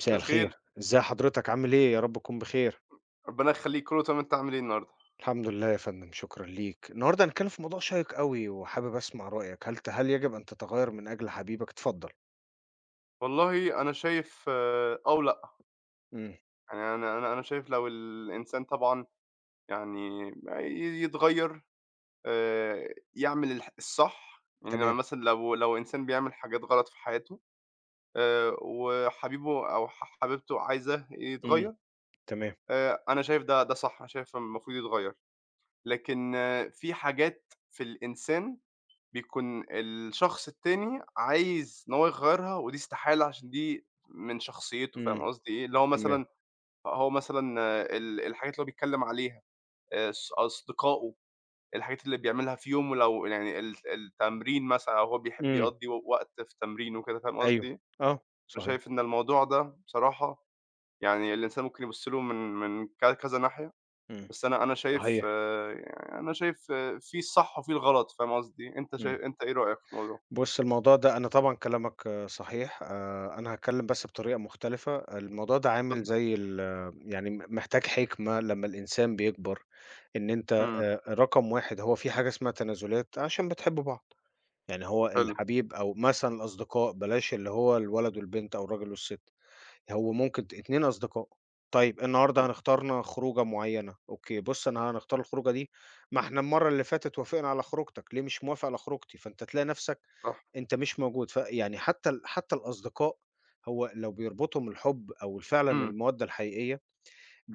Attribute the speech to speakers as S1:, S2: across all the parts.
S1: مساء
S2: مساء
S1: الخير،
S2: الخير،
S1: إزي حضرتك عامل إيه؟ يا رب تكون بخير،
S2: ربنا يخلّيك، كُلّه تمام، أنت عامل إيه النهارده؟
S1: الحمد لله يا فندم شكرًا ليك، النهارده هنتكلم في موضوع شيّق أوي وحابب أسمع رأيك، هل يجب أن تتغيّر من أجل حبيبك؟ اتفضل.
S2: والله أنا شايف آه، أو لأ،
S1: إمم،
S2: يعني أنا شايف لو الإنسان طبعًا يعني يتغيّر، يعمل الصح، يعني لمّا
S1: تمام،
S2: مثلًا لو إنسان بيعمل حاجات غلط في حياته، وحبيبه أو حبيبته عايزاه
S1: إمم،
S2: يتغيّر.
S1: تمام،
S2: أنا شايف ده صح، أنا شايف المفروض يتغيّر، لكن آه، في حاجات في الإنسان بيكون الشخص التاني عايز إن هو يغيّرها ودي استحالة عشان دي من شخصيته، فاهم
S1: إمم،
S2: قصدي إيه؟ اللي هو
S1: تمام،
S2: مثلًا هو مثلًا آه، الحاجات اللي هو بيتكلّم عليها، آه، أصدقائه، الحاجات اللي بيعملها في يومه لو يعني التمرين مثلًا أو هو بيحب
S1: إمم،
S2: يقضّي وقت في تمرين وكده، فاهم قصدي
S1: أيوه،
S2: إيه؟
S1: آه،
S2: أنا
S1: صحيح،
S2: شايف إن الموضوع ده بصراحة يعني الإنسان ممكن يبُص له من كذا ناحية،
S1: إمم،
S2: بس أنا شايف
S1: صحيح،
S2: آه، يعني أنا شايف آه، في الصح وفي الغلط، فاهم قصدي إيه؟
S1: إمم.
S2: أنت إيه رأيك في الموضوع؟
S1: بُص الموضوع ده أنا طبعًا كلامك آه، صحيح، أنا هاتكلم بس بطريقة مختلفة، الموضوع ده عامل
S2: اتفضل.
S1: زي ال يعني محتاج حكمة لمّا الإنسان بيكبر، إن أنت
S2: إمم،
S1: رقم 1 هو في حاجة اسمها تنازلات عشان بتحبّوا بعض، يعني هو
S2: حلو،
S1: الحبيب أو مثلًا الأصدقاء بلاش اللي هو الولد والبنت أو الراجل والست، هو ممكن 2 أصدقاء، طيب النهارده
S2: إمم،
S1: هنختارنا خروجة معيّنة، أوكي بُص أنا هنختار الخروجة دي، ما إحنا المرّة اللي فاتت وافقنا على خروجتك، ليه مش موافق على خروجتي؟ فأنت تلاقي نَفْسك
S2: صح،
S1: أنت مش موجود، فيعني حتى الأصدقاء هو لو بيربطهم الحُب أو ال فعلًا
S2: إمم،
S1: المودة الحقيقية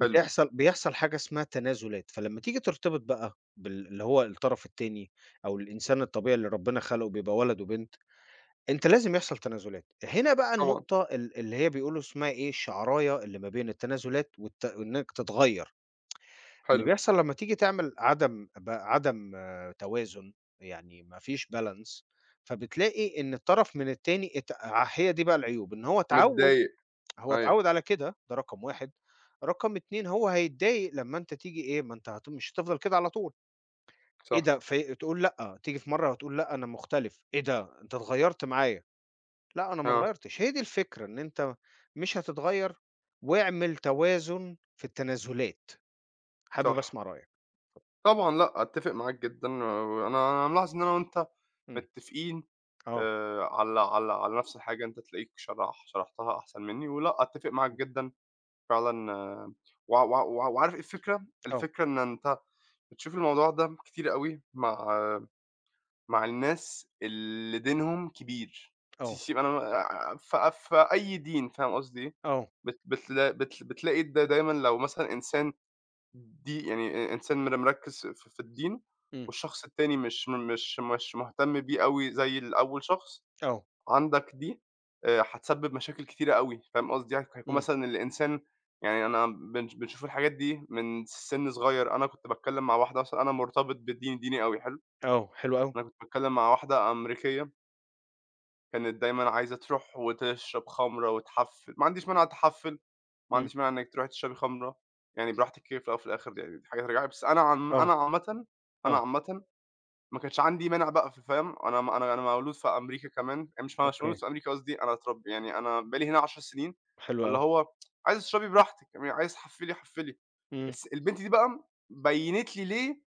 S2: حلو،
S1: بيحصل حاجة اسمها تنازلات، فلمّا تيجي ترتبط بقى بال اللي هو الطرف التاني أو الإنسان الطبيعي اللي ربنا خلقه بيبقى ولد وبنت، أنت لازم يحصل تنازلات، هنا بقى
S2: طبعًا،
S1: النقطة ال اللي هي بيقولوا اسمها إيه، الشعراية اللي ما بين التنازلات والت وإنك تتغيّر، اللي
S2: حلو،
S1: بيحصل لمّا تيجي تعمل عدم توازن، يعني ما فيش balance فبتلاقي إن الطرف من التاني ات ع هي دي بقى العيوب، إن هو اتعوّد
S2: متضايق،
S1: هو
S2: أيوه،
S1: اتعوّد على كده، ده رقم 1، رقم 2 هو هيتضايق لمّا أنت تيجي إيه، ما أنت مش هتفضل كده على طول، إيه
S2: صح،
S1: ده ف تقول لأ، تيجي في مرّة وتقول لأ أنا مختلف، إيه ده أنت اتغيّرت معايا، لأ أنا ما
S2: آه،
S1: اتغيّرتش، هي دي الفكرة إن أنت مش هتتغيّر، واعمل توازن في التنازلات، حابب
S2: صح،
S1: أسمع رأيك.
S2: طبعًا لأ، أتّفق معاك جدًا، وأنا أنا ملاحظ إن أنا وأنت
S1: إمم،
S2: متّفقين،
S1: آه،
S2: على على نفس الحاجة، أنت تلاقيك شرحتها أحسن منّي، ولأ، أتّفق معاك
S1: إمم،
S2: جدًا فعلًا. و وعارف إيه الفكرة؟
S1: آه،
S2: الفكرة إن أنت بتشوف الموضوع ده كتير أوي مع مع الناس اللي دينهم كبير.
S1: آه،
S2: سيس أنا في أي دين فاهم قصدي إيه؟
S1: آه،
S2: بت بتلا بت بتلاقي ده دايمًا لو مثلًا إنسان، دي يعني إنسان مركّز في الدين
S1: إمم،
S2: والشخص التاني مش مهتم بيه أوي زي الأول شخص،
S1: آه،
S2: عندك دي هتسبب مشاكل كتيرة أوي، فاهم قصدي؟ يعني هيكون
S1: إمم،
S2: مثلًا الإنسان، يعني أنا بنشوف الحاجات دي من سِن صغير. أنا كنت باتكلّم مع واحدة، مثلًا أنا مرتبط بديني، ديني أوي، حلو؟
S1: آه، حلو أوي،
S2: أنا كنت باتكلّم مع واحدة أمريكية، كانت دايمًا عايزة تروح وتشرب خمرة وتحفِّل، ما عنديش مانع تحفِّل، ما
S1: إمم،
S2: عنديش مانع إنِّك تروحي تشربي خمرة، يعني براحتك كده في الأول وفي الآخر دي يعني دي حاجة ترجع لِك، بس
S1: آه،
S2: أنا عامةً، أنا
S1: آه،
S2: عامةً ما كانش عندي مانع بقى ف فاهم، أنا أنا مولود في أمريكا كمان، أنا مش
S1: أوكي،
S2: مولود في أمريكا قصدي، أنا يعني أنا بقى لي هنا 10 سنين،
S1: حلو
S2: فاللي
S1: أوي،
S2: هو عايزة تشربي براحتك، يعني عايزة تحفِّلي حفِّلي.
S1: إمم،
S2: بس البنت دي بقى بيّنت لي ليه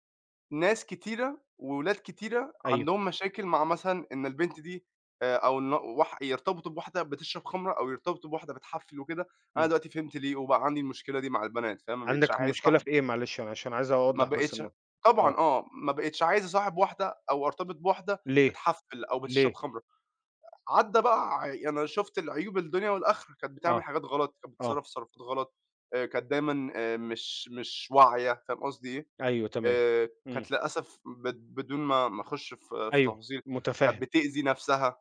S2: ناس كتيرة وولاد كتيرة
S1: أيوه،
S2: عندهم مشاكل مع مثلًا إن البنت دي، أو إن يرتبطوا بواحدة بتشرب خمرة أو يرتبطوا بواحدة بتحفّل وكده. أنا
S1: إمم.
S2: دلوقتي فهمت ليه وبقى عندي المشكلة دي مع البنات، فاهم، ما بقيتش
S1: عندك
S2: عايز
S1: مشكلة
S2: أصاحب،
S1: في إيه معلش أنا عشان عايز
S2: ما
S1: أوضّح بس
S2: بقيتش
S1: النقطة؟ آه،
S2: طبعًا آه، ما بقيتش عايز أصاحب واحدة أو أرتبط بواحدة
S1: ليه،
S2: بتحفّل أو بتشرب
S1: ليه؟
S2: خمرة. عدّى بقى ع أنا شُفت العيوب الدنيا والآخرة، كانت بتعمل
S1: آه،
S2: حاجات غلط، كانت
S1: آه،
S2: بتتصرّف تصرفات غلط، كانت دايمًا مش واعية، فاهم قصدي إيه؟
S1: أيوه تمام، إمم،
S2: كانت للأسف بدون ما أخُش في
S1: أيوه،
S2: تفاصيل، كانت
S1: متفهّم،
S2: بتأذي نَفْسها،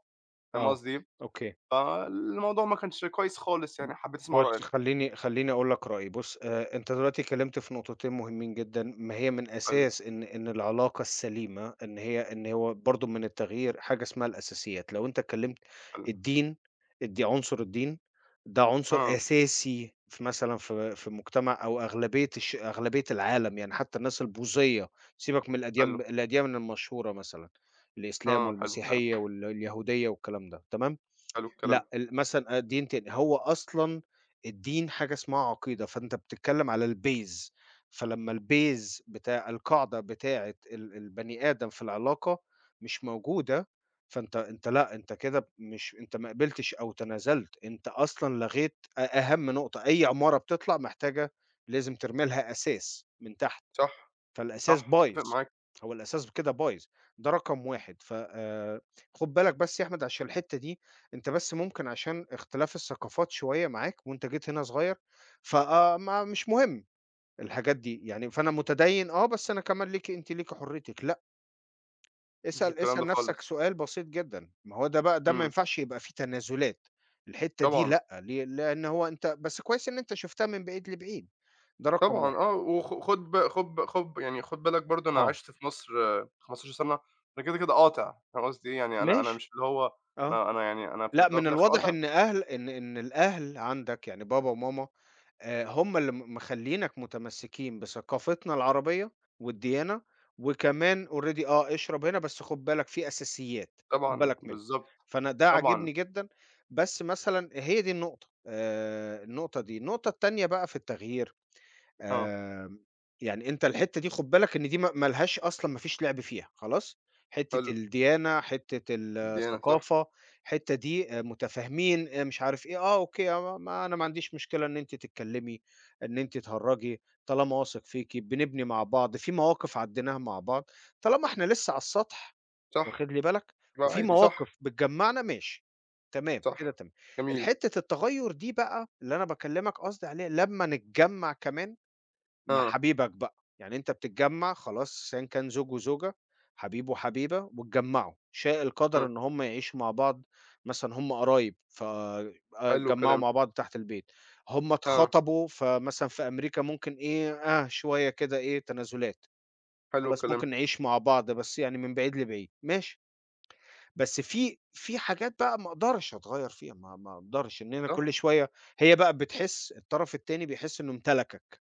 S2: فاهم
S1: آه،
S2: قصدي إيه؟
S1: أوكي.
S2: فالموضوع ما كانش كويس خالص يعني، حبّيت أسمع
S1: بُص،
S2: رأيك.
S1: خلّيني أقول لك رأيي، بُص أنت دلوقتي اتكلمت في نقطتين مهمين جدًا، ما هي من
S2: حلو،
S1: أساس إن العلاقة السليمة إن هي إن هو برضه من التغيير حاجة اسمها الأساسيات، لو أنت اتكلمت
S2: حلو،
S1: الدين عنصر الدين ده عنصر
S2: آه،
S1: أساسي في مثلًا في مجتمع أو أغلبية الش أغلبية العالم، يعني حتى الناس البوذية، سيبك من
S2: حلو،
S1: الأديان الأديان المشهورة مثلًا، الإسلام
S2: آه، حلو الكلام،
S1: والمسيحية وال اليهودية والكلام ده، تمام؟
S2: حلو الكلام.
S1: لأ، ال مثلًا دين تاني، هو أصلًا الدين حاجة اسمها عقيدة، فأنت بتتكلّم على الbase فلمّا الbase بتاع القاعدة بتاعة ال البني آدم في العلاقة مش موجودة، فأنت لأ، أنت كده مش أنت ما قبلتش أو تنازلت، أنت أصلًا لغيت أهم نقطة، أي عمارة بتطلع محتاجة لازم ترمي لها أساس من تحت.
S2: صح،
S1: فالأساس
S2: صح، أتّفق
S1: بايظ،
S2: معاك،
S1: هو الأساس كده بايظ، ده رقم 1 ف خُد بالك بس يا أحمد عشان الحتّة دي، أنت بس ممكن عشان اختلاف الثقافات شوية معاك وأنت جيت هنا صغير، ف ما مش مهم الحاجات دي، يعني فأنا متديّن آه، بس أنا كمان ليكِ أنتِ ليكِ حريتِك، لأ،
S2: ما فيش
S1: اسأل
S2: الكلام
S1: اسأل
S2: ده
S1: نَفْسك
S2: خالص.
S1: سؤال بسيط جدًا، ما هو ده بقى ده ما
S2: إمم،
S1: ينفعش يبقى فيه تنازلات، الحتّة دي
S2: طبعًا،
S1: لأ، ليه؟ لإن هو أنت بس كويس إن أنت شُفتها من بعيد لبعيد، ده رقم
S2: طبعًا
S1: 1
S2: آه، وخ خُد ب خُد ب خُد ب... يعني خُد بالك برضه أنا
S1: آه،
S2: عِشت في مصر 15 سَنة، أنا كده، كده قاطع، فاهم قصدي إيه؟ يعني أنا
S1: ماشي،
S2: مش اللي هو،
S1: آه.
S2: أنا يعني أنا في
S1: لأ،
S2: الأول
S1: من
S2: وفي الآخر
S1: الواضح
S2: قاطع.
S1: إن أهل إن الأهل عندك يعني بابا وماما هم اللي مخلّينك متمسّكين بثقافتنا العربية والديانة، وكمان already آه، اشرب هنا بس خُد بالك في أساسيات، خُد
S2: طبعًا،
S1: بالك منها.
S2: بالضبط،
S1: فأنا ده
S2: طبعًا،
S1: عاجبني جدًا، بس مثلًا هي دي النقطة، النقطة دي. النقطة التانية بقى في التغيير
S2: آه.
S1: آمم، يعني أنت الحتّة دي خُد بالك إن دي ما لهاش أصلًا ما فيش لعب فيها، خلاص؟ حتّة
S2: حلو،
S1: الديانة، حتّة
S2: الديانة صح،
S1: الثقافة، الحتّة دي متفاهمين مش عارف إيه، آه أوكي آه أنا ما عنديش مشكلة إن أنتِ تتكلّمي، إن أنتِ تهرّجي، طالما واثق فيكِ، بنبني مع بعض، في مواقف عدّيناها مع بعض، طالما إحنا لسّه على السطح
S2: صح،
S1: واخد لي بالك؟
S2: يبقى
S1: وفي
S2: عادي صح،
S1: مواقف بتجمّعنا ماشي، تمام، كده
S2: صح،
S1: تمام.
S2: جميل،
S1: الحتّة التغيُّر دي بقى اللي أنا باكلّمك قصدي عليها لمّا نتجمّع كمان مع
S2: آه،
S1: حبيبك بقى، يعني أنت بتتجمّع خلاص أيًا كان زوج وزوجة، حبيب وحبيبة واتجمّعوا، شاء القدر
S2: آه،
S1: إن هم يعيشوا مع بعض مثلًا هم قرايب ف آه،
S2: حلو
S1: اتجمّعوا
S2: الكلام،
S1: مع بعض تحت البيت، هم
S2: آه،
S1: اتخطبوا فمثلًا في أمريكا ممكن إيه، آه، شوية كده إيه تنازلات،
S2: حلو
S1: خلاص ممكن
S2: الكلام،
S1: نعيش مع بعض بس يعني من بعيد لبعيد، ماشي، بس في حاجات بقى ما أقدرش أتغيّر فيها، ما أقدرش إن أنا
S2: صح،
S1: كل شوية هي بقى بتحس الطرف التاني بيحس إنه امتلكك،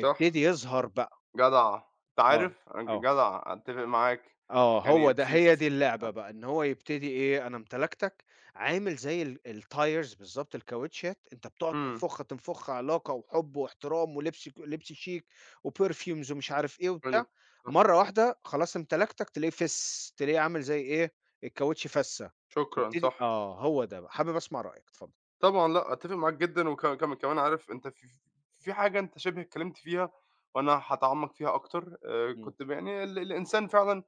S2: صح،
S1: يظهر بقى
S2: جدع، أنت
S1: آه،
S2: عارف أنا ج
S1: آه،
S2: جدع، أتّفق معاك،
S1: آه، هو
S2: يعني
S1: ده
S2: في ف
S1: هي دي اللعبة بقى، إن هو يبتدي إيه، أنا امتلكتك، عامل زي ال الTires بالضبط الكاوتشات، أنت بتقعد
S2: إمم،
S1: تنفخها، تنفخها علاقة وحب واحترام ولبس لبس شيك وperfumes ومش عارف إيه
S2: حلو،
S1: وبتاع،
S2: صح،
S1: مرّة واحدة خلاص امتلكتك تلاقيه فِس، تلاقيه عامل زي إيه، الكاوتش فَسّة،
S2: شكرًا،
S1: يبتدي
S2: صح،
S1: آه، هو ده بقى، حابب أسمع رأيك، اتفضل.
S2: طبعًا لأ، أتّفق معاك جدًا وك كم كمان عارف أنت في في حاجة أنت شِبه اتكلمت فيها وأنا هاتعمّق فيها أكتر.
S1: إمم،
S2: كنت يعني الإنسان فعلًا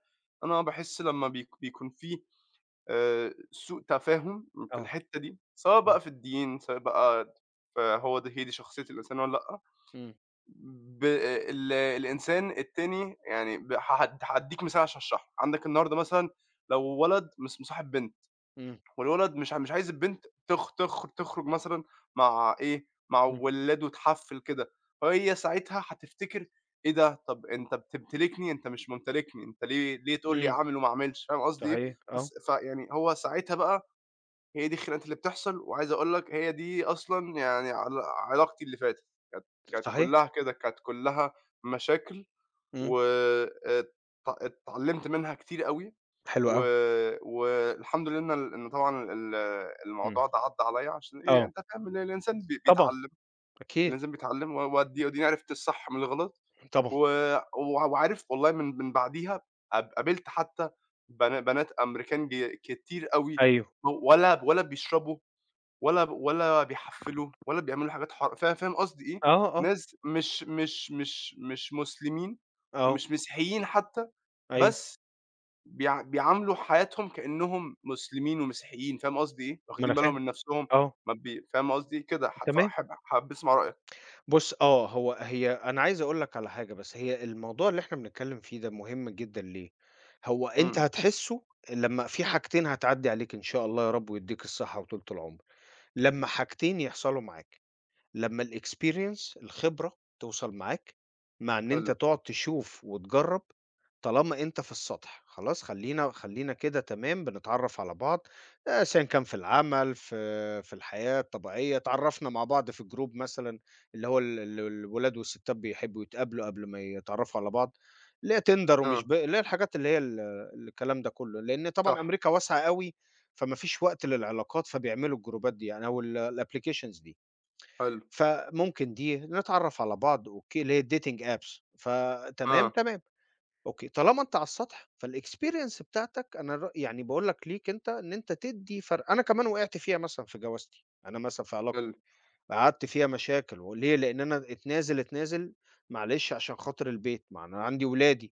S2: أنا باحس لمّا بيكون في سوء تفاهم في
S1: آه،
S2: الحتّة دي، سواء
S1: آه،
S2: بقى في الدين، سواء بقى فهو ده هي دي شخصية الإنسان والّا لأ.
S1: إمم،
S2: ب ال الإنسان التاني يعني ب هاد هادّيك مثال عشان أشرحه، عندك النهارده مثلًا لو ولد مصاحب بنت،
S1: إمم،
S2: والولد مش عايز البنت تخ تخ تخرج مثلًا مع إيه، مع
S1: إمم،
S2: ولاد وتحفّل كده، فهي ساعتها هتفتكر إيه ده، طب أنت بتمتلكني، أنت مش ممتلكني، أنت ليه تقول لي
S1: إمم،
S2: أعمل وما أعملش، فاهم قصدي إيه؟
S1: صحيح، آه،
S2: بس فيعني هو ساعتها بقى هي دي الخناقات اللي بتحصل، وعايز أقول لك هي دي أصلًا يعني علاقتي اللي فاتت، كانت، كانت
S1: صحيح،
S2: كلّها كده، كانت كلّها مشاكل
S1: إمم،
S2: و ات اتعلّمت منها كتير أوي.
S1: حلو
S2: و
S1: أوي،
S2: والحمد لله إن ال إن طبعًا
S1: إمم،
S2: الموضوع ده عدّى عليَّ عشان إيه،
S1: آه،
S2: أنت فاهم الإنسان
S1: طبعًا.
S2: بيتعلّم،
S1: أكيد،
S2: الإنسان بيتعلّم و وأدي وأديني عرفت الصح من الغلط.
S1: طبعًا.
S2: و وعارف والله من بعديها قابلت حتى بنات أمريكان كتير أوي،
S1: أيوه.
S2: و ولا بيشربوا ولا بيحفّلوا ولا بيعملوا حاجات فاهم قصدي إيه؟
S1: آه، آه،
S2: ناس مش مسلمين
S1: آه،
S2: ومش مسيحيين حتى،
S1: أيوه،
S2: بس بيعاملوا حياتهم كإنّهم مسلمين ومسيحيين، فاهم قصدي إيه؟
S1: ما أنا
S2: واخدين بالهم
S1: فاهم،
S2: من نَفْسهم،
S1: آه،
S2: ما بي فاهم قصدي إيه؟ كده ح
S1: تمام.
S2: فاحب حابب أسمع رأيك.
S1: بُص آه، هو هي أنا عايز أقول لك على حاجة بس، هي الموضوع اللي إحنا بنتكلّم فيه ده مهم جدًا ليه؟ هو أنت
S2: إمم،
S1: هتحسّه لمّا في حاجتين هتعدّي عليك إن شاء الله يا رب ويدّيك الصحة وطولة العمر، لمّا حاجتين يحصلوا معاك. لمّا الexperience الخبرة توصل معاك، مع إن
S2: حلو،
S1: أنت تقعد تشوف وتجرّب، طالما أنت في السطح، خلاص خلّينا كده تمام بنتعرّف على بعض، سواءً كان في العمل، في الحياة الطبيعية، اتعرّفنا مع بعض في جروب مثلًا اللي هو ال ال الولاد والستات بيحبّوا يتقابلوا قبل ما يتعرّفوا على بعض، اللي هي Tinder ومش
S2: آه،
S1: ب اللي هي الحاجات اللي هي ال الكلام ده كلّه، لإن طبعًا
S2: صح،
S1: أمريكا واسعة أوي، فما فيش وقت للعلاقات، فبيعملوا الجروبات دي يعني أو ال الapplications دي.
S2: حلو،
S1: فممكن دي، نتعرّف على بعض أوكي، اللي هي الdating apps فتمام،
S2: آه،
S1: تمام، أوكي. طالما أنت على السطح فالexperience بتاعتك أنا ر يعني باقول لك ليك أنت إن أنت تدّي فر أنا كمان وقعت فيها مثلًا في جوازتي، أنا مثلًا في علاقتي،
S2: حلو،
S1: قعدت فيها مشاكل وليه؟ لإن أنا اتنازل، اتنازل معلش عشان خاطر البيت، ما أنا عندي ولادي.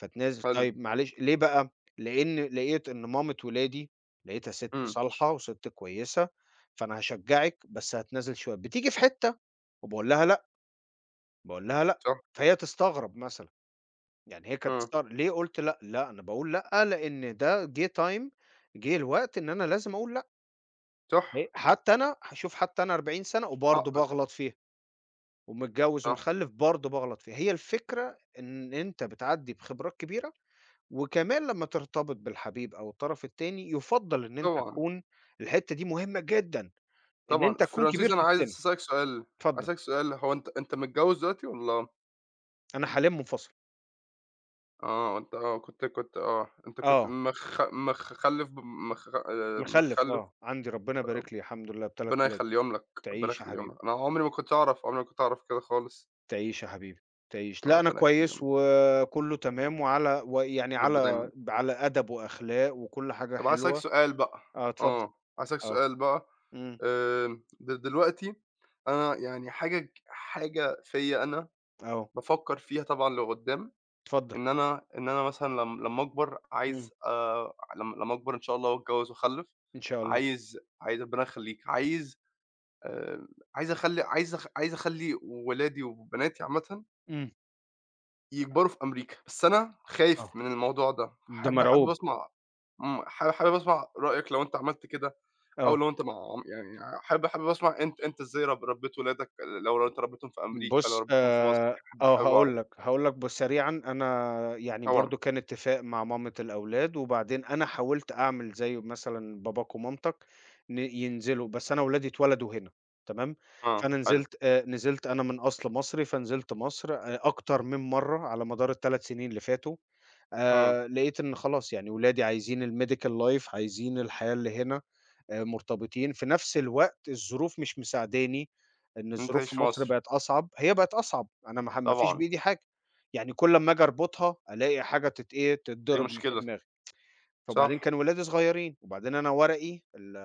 S1: فتنازل
S2: حلو،
S1: طيب معلش ليه بقى؟ لإن لقيت إن مامة ولادي لقيتها ست
S2: إمم،
S1: صالحة وست كويسة، فأنا هاشجّعِك بس هاتنازل شوية، بتيجي في حتّة وباقول لها لأ، باقول لها لأ،
S2: صح،
S1: فهي تستغرب مثلًا، يعني هي كانت
S2: آه،
S1: تستغرب ليه قُلت لأ؟ لأ، أنا باقول لأ لإن ده جه time جه الوقت إن أنا لازم أقول لأ،
S2: صح،
S1: حتى أنا هاشوف حتى أنا 40 سَنة وبرضه
S2: حقّك،
S1: باغلط فيها، ومتجوّز
S2: صح،
S1: ومخلّف برضه باغلط فيها، هي الفكرة إن أنت بتعدّي بخبرات كبيرة وكمان لمّا ترتبط بالحبيب أو الطرف التاني، يُفضّل إن أنت
S2: طبعًا.
S1: تكون الحتّة دي مهمة جدًا، إن أنت
S2: طبعًا.
S1: تكون
S2: فرانسيس
S1: كبير
S2: أنا
S1: في
S2: عايز
S1: السِن.
S2: أسألك سؤال،
S1: اتفضل،
S2: أسألك سؤال، هو أنت متجوّز دلوقتي والّا
S1: أنا حاليًا منفصل.
S2: آه، أنت آه، كنت آه، أنت كنت
S1: آه،
S2: مخ مخلِّف ب مخ
S1: مخلِّف
S2: مخلِّف.
S1: آه، عندي ربنا يبارك لي الحمد لله ب3
S2: ربنا
S1: ولاد.
S2: يخلّيهم لك، ربنا
S1: تعيش يا
S2: يخلّيهم
S1: حبيبي،
S2: لك. أنا عمري ما كنت أعرف، عمري ما كنت أعرف كده خالص.
S1: تعيش يا حبيبي، تعيش.
S2: آه،
S1: لأ، أنا
S2: ربنا
S1: كويس
S2: يخلّيهم لك،
S1: وكُلّه تمام وعلى ويعني
S2: يا رب دايمًا.
S1: على أدب وأخلاق وكل حاجة
S2: طَب عايز أسألك
S1: حلوة.
S2: سؤال بقى،
S1: آه، اتفضل.
S2: آه، عايز أسألك
S1: آه،
S2: سؤال بقى،
S1: إمم،
S2: آمم، دلوقتي أنا يعني حاجة فيّا أنا
S1: آه،
S2: بافكّر فيها طبعًا لقدّام،
S1: اتفضل.
S2: إن أنا مثلًا لم لمّا أكبر
S1: إمم،
S2: عايز، لم لمّا أكبر إن شاء الله وأتجوّز وأخلّف،
S1: إن شاء الله.
S2: عايز ربنا يخلّيك، عايز آآ عايز أخلّي عايز أخ عايز أخلّي ولادي وبناتي عامةً
S1: إمم،
S2: يكبروا في أمريكا، بس أنا
S1: آه،
S2: خايف من الموضوع ده،
S1: ده
S2: حابب
S1: مرعوب.
S2: أسمع، إمم، حابب أسمع رأيك لو أنت عملت كده أو
S1: آه.
S2: لو أنت مع، يعني حابب أسمع أنت أنت إزاي رب ربّيت ولادك، لو أنت ربّيتهم في أمريكا، لو
S1: بُص
S2: ربّيتهم في مصر،
S1: آه
S2: حابب أعرف.
S1: هاقول لك، هاقول لك بُص سريعًا، أنا يعني
S2: طبعًا،
S1: برضه كان اتفاق مع مامة الأولاد، وبعدين أنا حاولت أعمل زي مثلًا باباك ومامتك ينزلوا، بس أنا ولادي اتولدوا هنا تمام،
S2: آه،
S1: فأنا
S2: حلو،
S1: نزلت نزلت أنا من أصل مصري، فنزلت مصر أكتر من مرّة على مدار ال3 سنين اللي فاتوا،
S2: إمم،
S1: لقيت إن خلاص يعني ولادي عايزين الMedical life عايزين الحياة اللي هنا. مرتبطين، في نفس الوقت الظروف مش مساعداني، إن
S2: إن أنت
S1: الظروف
S2: تعيش
S1: في
S2: في
S1: مصر
S2: مصر،
S1: بقت أصعب، هي بقت أصعب، أنا ما فيش
S2: طبعًا.
S1: بإيدي حاجة، يعني كل أمّا آجي أربطها ألاقي حاجة تت إيه،
S2: دي
S1: تتضرب من في
S2: مشكلة،
S1: دماغي.
S2: صح،
S1: فوبعدين كان ولادي صغيّرين، وبعدين أنا ورقي ال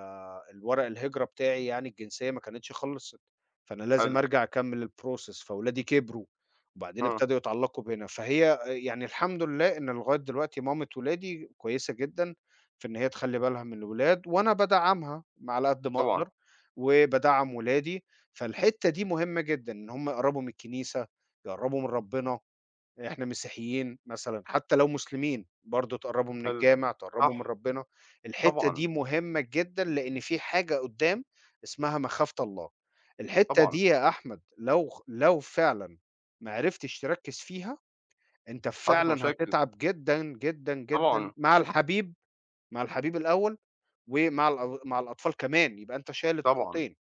S1: الورق الهجرة بتاعي يعني الجنسية ما كانتش خلصت، فأنا لازم
S2: حلو،
S1: أرجع أكمّل الprocess فولادي كبروا، وبعدين
S2: آه،
S1: ابتدوا يتعلّقوا بينا، فهي يعني الحمد لله إن لغاية دلوقتي مامة ولادي كويسة جدًا في إن هي تخلّي بالها من الولاد، وأنا بادعمها على قد ما
S2: طبعًا،
S1: أقدر، وبادعّم ولادي، فالحتّة دي مهمة جدًا إن هُم يقرّبوا من الكنيسة، يقرّبوا من ربنا. إحنا مسيحيين مثلًا، حتى لو مسلمين برضه تقرّبوا من
S2: حلو،
S1: الجامع، تقرّبوا من
S2: صح،
S1: ربنا، الحتّة
S2: طبعًا،
S1: دي مهمة جدًا لإن في حاجة قدّام اسمها مخافة الله، الحتّة
S2: طبعًا،
S1: دي يا أحمد لو فعلًا ما عرفتش تركّز فيها، أنت
S2: هتحصل
S1: فعلًا
S2: مشاكل،
S1: هتتعب جدًا، جدًا، جدًا
S2: طبعًا،
S1: مع الحبيب، مع الحبيب الأول ومع مع الأطفال كمان، يبقى أنت شايل
S2: طبعًا،
S1: الطاقتين،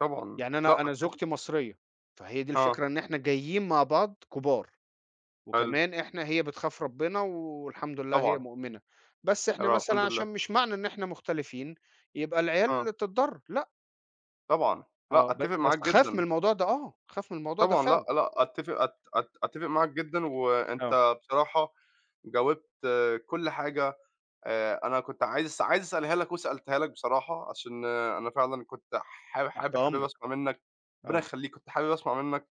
S2: طبعًا،
S1: يعني أنا
S2: لأ
S1: أنا
S2: أتفق،
S1: زوجتي مصرية، فهي دي
S2: آه،
S1: الفكرة إن إحنا جايين مع بعض كبار.
S2: حلو،
S1: وكمان إحنا هي بتخاف ربنا والحمد لله هي
S2: طبعًا،
S1: مؤمنة، بس إحنا
S2: يارب
S1: مثلًا
S2: الحمد
S1: عشان
S2: لله،
S1: مش معنى إن إحنا مختلفين يبقى
S2: آه،
S1: العيال تتضر، لأ،
S2: طبعًا،
S1: آه،
S2: لأ
S1: ب
S2: أتفق
S1: بس
S2: معاك
S1: أخاف من
S2: جدًا،
S1: الموضوع ده آه، أخاف من الموضوع ده
S2: طبعًا، لأ،
S1: فعلًا،
S2: لأ، أتفق أت أت أتفق معاك جدًا،
S1: آه،
S2: وأنت بصراحة جاوبت آه، كل حاجة. أنا كنت عايز أسألها لك وسألتها لك بصراحة، عشان آه، أنا فعلًا كنت
S1: تحت
S2: حابب
S1: أمرك،
S2: أسمع منك، ربنا
S1: آه،
S2: يخليك، كنت حابب أسمع منك،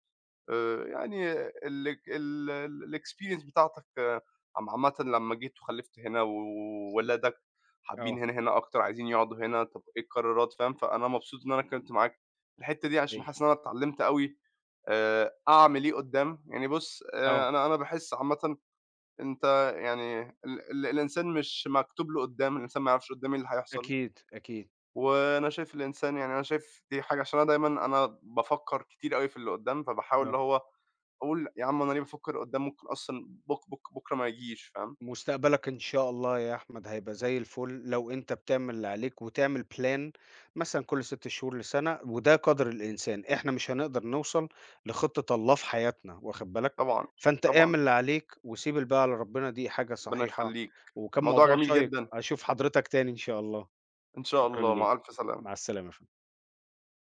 S2: يعني ال ال ال الexperience بتاعتك آه، عامةً لمّا جيت وخلّفت هنا وولادك حابين
S1: آه،
S2: هنا، هنا أكتر، عايزين يقعدوا هنا، طب إيه القرارات، فاهم؟ فأنا مبسوط إن أنا اتكلمت معاك في الحتّة دي عشان
S1: أيوه،
S2: حاسس إن أنا اتعلمت أوي، أعمل إيه قدّام، يعني بُص آآ
S1: آه،
S2: أنا أنا باحس عامةً أنت يعني ال ال الإنسان مش مكتوب له قدّام، الإنسان ما يعرفش قدّام إيه اللي هيحصل.
S1: أكيد، أكيد،
S2: وأنا شايف الإنسان يعني أنا شايف دي حاجة عشان أنا دايمًا أنا بافكّر كتير أوي في اللي قدّام، فباحاول اللي
S1: آه.
S2: هو أقول يا عم أنا ليه بافكّر قدّام ممكن أصلًا بُكرة ما يجيش فاهم؟
S1: مستقبلك إن شاء الله يا أحمد هيبقى زي الفل لو أنت بتعمل اللي عليك وتعمل plan مثلًا كل 6 شهور لسنة، وده قدر الإنسان، إحنا مش هنقدر نوصل لخطة الله في حياتنا واخد بالك،
S2: طبعًا،
S1: فأنت
S2: طبعًا،
S1: اعمل اللي عليك وسيب الباقي على ربنا دي حاجة
S2: ربنا
S1: صحيحة،
S2: يخلّيك،
S1: وكان
S2: الموضوع
S1: موضوع
S2: جميل
S1: شيّق،
S2: جدًا،
S1: أشوف حضرتك تاني إن شاء الله،
S2: إن شاء
S1: شكرًا
S2: الله،
S1: ليك،
S2: مع ألف سلامة.
S1: مع السلامة يا فندم.